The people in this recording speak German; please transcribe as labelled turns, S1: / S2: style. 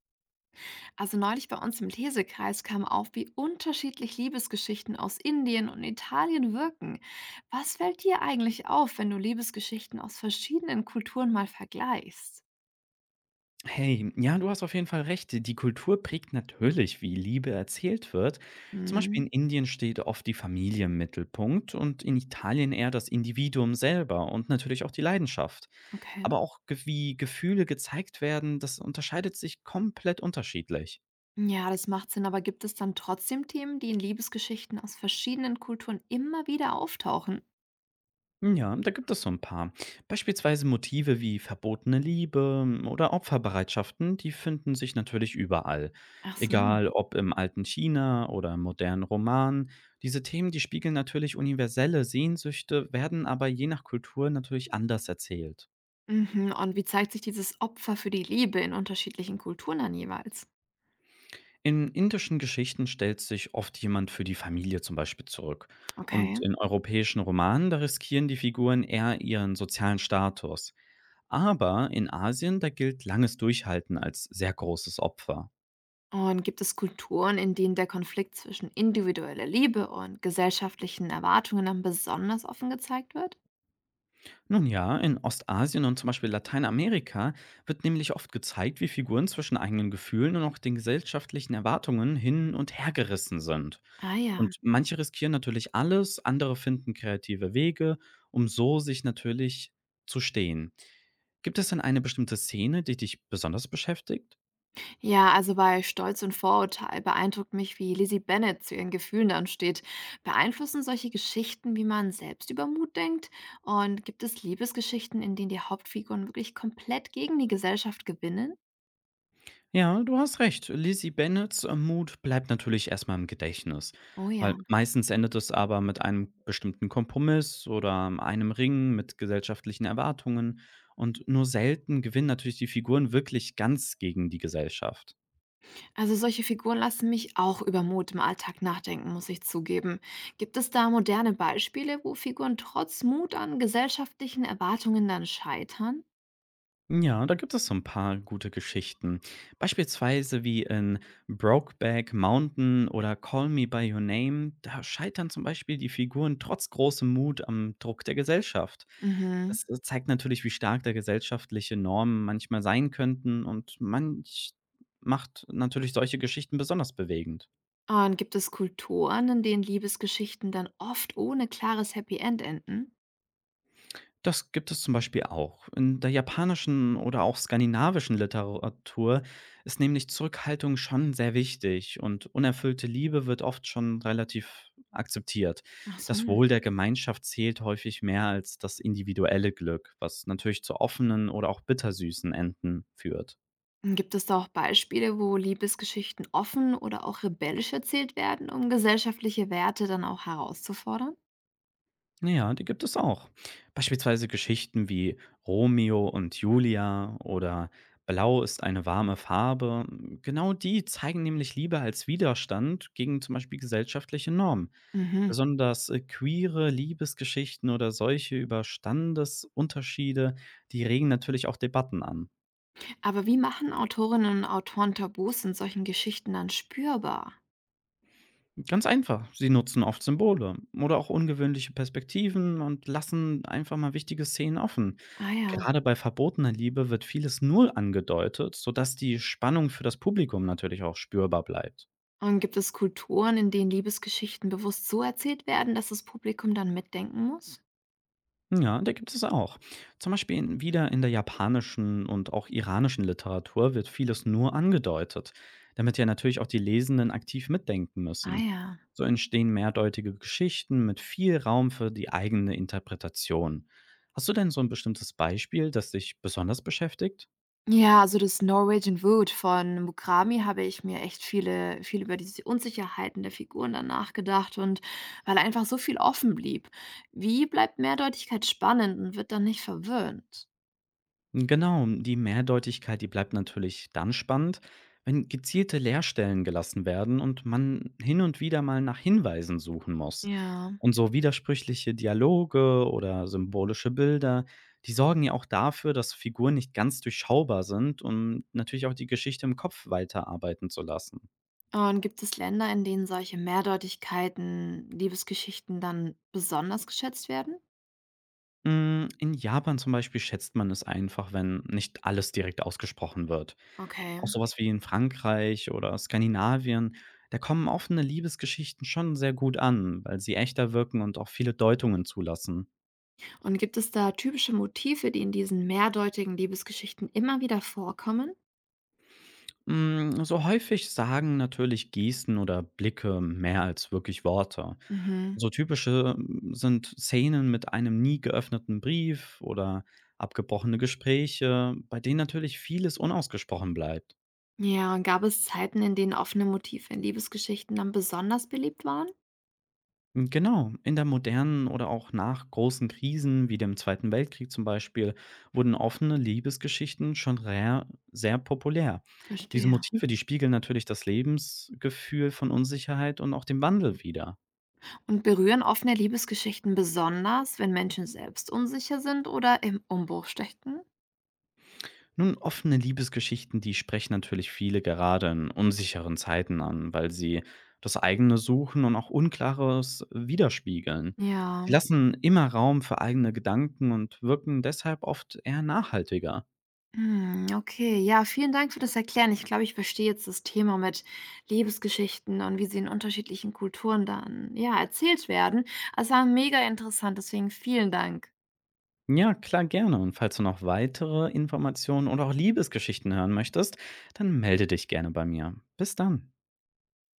S1: Also neulich bei uns im Lesekreis kam auf, wie unterschiedlich Liebesgeschichten aus Indien und Italien wirken. Was fällt dir eigentlich auf, wenn du Liebesgeschichten aus verschiedenen Kulturen mal vergleichst?
S2: Hey, ja, du hast auf jeden Fall recht. Die Kultur prägt natürlich, wie Liebe erzählt wird. Zum Beispiel in
S1: Hm,
S2: Indien steht oft die Familie im Mittelpunkt und in Italien eher das Individuum selber und natürlich auch die Leidenschaft.
S1: okay.
S2: Aber auch wie Gefühle gezeigt werden, das unterscheidet sich komplett unterschiedlich.
S1: Ja, das macht Sinn, aber gibt es dann trotzdem Themen, die in Liebesgeschichten aus verschiedenen Kulturen immer wieder auftauchen?
S2: Ja, da gibt es so ein paar. Beispielsweise Motive wie verbotene Liebe oder Opferbereitschaften, die finden sich natürlich überall.
S1: Ach so.
S2: Egal ob im alten China oder im modernen Roman. Diese Themen, die spiegeln natürlich universelle Sehnsüchte, werden aber je nach Kultur natürlich anders erzählt.
S1: Mhm. Und wie zeigt sich dieses Opfer für die Liebe in unterschiedlichen Kulturen dann jeweils?
S2: In indischen Geschichten stellt sich oft jemand für die Familie zum Beispiel zurück. Und
S1: Okay.
S2: in europäischen Romanen, da riskieren die Figuren eher ihren sozialen Status. Aber in Asien, da gilt langes Durchhalten als sehr großes Opfer.
S1: Und gibt es Kulturen, in denen der Konflikt zwischen individueller Liebe und gesellschaftlichen Erwartungen dann besonders offen gezeigt wird?
S2: Nun ja, in Ostasien und zum Beispiel Lateinamerika wird nämlich oft gezeigt, wie Figuren zwischen eigenen Gefühlen und auch den gesellschaftlichen Erwartungen hin und her gerissen sind.
S1: Ah ja.
S2: Und manche riskieren natürlich alles, andere finden kreative Wege, um so sich natürlich zu stehen. Gibt es denn eine bestimmte Szene, die dich besonders beschäftigt?
S1: Ja, also bei Stolz und Vorurteil beeindruckt mich, wie Lizzie Bennett zu ihren Gefühlen dann steht. Beeinflussen solche Geschichten, wie man selbst über Mut denkt? Und gibt es Liebesgeschichten, in denen die Hauptfiguren wirklich komplett gegen die Gesellschaft gewinnen?
S2: Ja, du hast recht. Lizzie Bennets Mut bleibt natürlich erstmal im Gedächtnis.
S1: Oh
S2: Weil
S1: ja.
S2: meistens endet es aber mit einem bestimmten Kompromiss oder einem Ringen mit gesellschaftlichen Erwartungen. Und nur selten gewinnen natürlich die Figuren wirklich ganz gegen die Gesellschaft.
S1: Also solche Figuren lassen mich auch über Mut im Alltag nachdenken, muss ich zugeben. Gibt es da moderne Beispiele, wo Figuren trotz Mut an gesellschaftlichen Erwartungen dann scheitern?
S2: Ja, da gibt es so ein paar gute Geschichten. Beispielsweise wie in „Brokeback Mountain“ oder „Call Me by Your Name“, da scheitern zum Beispiel die Figuren trotz großem Mut am Druck der Gesellschaft.
S1: Mhm.
S2: Das zeigt natürlich, wie stark da gesellschaftliche Normen manchmal sein könnten und manch macht natürlich solche Geschichten besonders bewegend.
S1: Und gibt es Kulturen, in denen Liebesgeschichten dann oft ohne klares Happy End enden?
S2: Das gibt es zum Beispiel auch. In der japanischen oder auch skandinavischen Literatur ist nämlich Zurückhaltung schon sehr wichtig und unerfüllte Liebe wird oft schon relativ akzeptiert.
S1: Ach so.
S2: Das
S1: Und
S2: Wohl der Gemeinschaft zählt häufig mehr als das individuelle Glück, was natürlich zu offenen oder auch bittersüßen Enden führt.
S1: gibt es da auch Beispiele, wo Liebesgeschichten offen oder auch rebellisch erzählt werden, um gesellschaftliche Werte dann auch herauszufordern?
S2: Ja, die gibt es auch. Beispielsweise Geschichten wie Romeo und Julia oder Blau ist eine warme Farbe. Genau die zeigen nämlich Liebe als Widerstand gegen zum Beispiel gesellschaftliche Normen.
S1: Mhm.
S2: Besonders queere Liebesgeschichten oder solche über Standesunterschiede, die regen natürlich auch Debatten an.
S1: Aber wie machen Autorinnen und Autoren Tabus in solchen Geschichten dann spürbar?
S2: Ganz einfach. Sie nutzen oft Symbole oder auch ungewöhnliche Perspektiven und lassen einfach mal wichtige Szenen offen.
S1: Ah ja.
S2: Gerade bei verbotener Liebe wird vieles nur angedeutet, sodass die Spannung für das Publikum natürlich auch spürbar bleibt.
S1: Und gibt es Kulturen, in denen Liebesgeschichten bewusst so erzählt werden, dass das Publikum dann mitdenken muss?
S2: Ja, da gibt es auch. Zum Beispiel in, wieder in der japanischen und auch iranischen Literatur wird vieles nur angedeutet, damit ja natürlich auch die Lesenden aktiv mitdenken
S1: Ah
S2: müssen.
S1: ja.
S2: So entstehen mehrdeutige Geschichten mit viel Raum für die eigene Interpretation. Hast du denn so ein bestimmtes Beispiel, das dich besonders beschäftigt?
S1: Ja, also das Norwegian Wood von Mukrami habe ich mir echt viel über diese Unsicherheiten der Figuren dann nachgedacht, und weil einfach so viel offen blieb. Wie bleibt Mehrdeutigkeit spannend und wird dann nicht verwöhnt?
S2: Genau, die Mehrdeutigkeit, die bleibt natürlich dann spannend, wenn gezielte Leerstellen gelassen werden und man hin und wieder mal nach Hinweisen suchen muss.
S1: Ja.
S2: Und so widersprüchliche Dialoge oder symbolische Bilder, die sorgen ja auch dafür, dass Figuren nicht ganz durchschaubar sind, um natürlich auch die Geschichte im Kopf weiterarbeiten zu lassen.
S1: Und gibt es Länder, in denen solche Mehrdeutigkeiten, Liebesgeschichten dann besonders geschätzt werden?
S2: In Japan zum Beispiel schätzt man es einfach, wenn nicht alles direkt ausgesprochen wird.
S1: Okay.
S2: Auch sowas wie in Frankreich oder Skandinavien, da kommen offene Liebesgeschichten schon sehr gut an, weil sie echter wirken und auch viele Deutungen zulassen.
S1: Und gibt es da typische Motive, die in diesen mehrdeutigen Liebesgeschichten immer wieder vorkommen?
S2: So häufig sagen natürlich Gesten oder Blicke mehr als wirklich Worte.
S1: Mhm.
S2: So typische sind Szenen mit einem nie geöffneten Brief oder abgebrochene Gespräche, bei denen natürlich vieles unausgesprochen bleibt.
S1: Ja, und gab es Zeiten, in denen offene Motive in Liebesgeschichten dann besonders beliebt waren?
S2: Genau, in der modernen oder auch nach großen Krisen wie dem Zweiten Weltkrieg zum Beispiel wurden offene Liebesgeschichten sehr populär. Diese
S1: Verstehe.
S2: Motive, die spiegeln natürlich das Lebensgefühl von Unsicherheit und auch den Wandel wider.
S1: Und berühren offene Liebesgeschichten besonders, wenn Menschen selbst unsicher sind oder im Umbruch stecken?
S2: Nun, offene Liebesgeschichten, die sprechen natürlich viele gerade in unsicheren Zeiten an, weil sie das eigene Suchen und auch Unklares widerspiegeln. Sie
S1: Ja.
S2: lassen immer Raum für eigene Gedanken und wirken deshalb oft eher nachhaltiger.
S1: Hm, okay. Ja, vielen Dank für das Erklären. Ich glaube, ich verstehe jetzt das Thema mit Liebesgeschichten und wie sie in unterschiedlichen Kulturen dann, ja, erzählt werden. Es war mega interessant, deswegen vielen Dank.
S2: Ja, klar, gerne. Und falls du noch weitere Informationen oder auch Liebesgeschichten hören möchtest, dann melde dich gerne bei mir. Bis dann.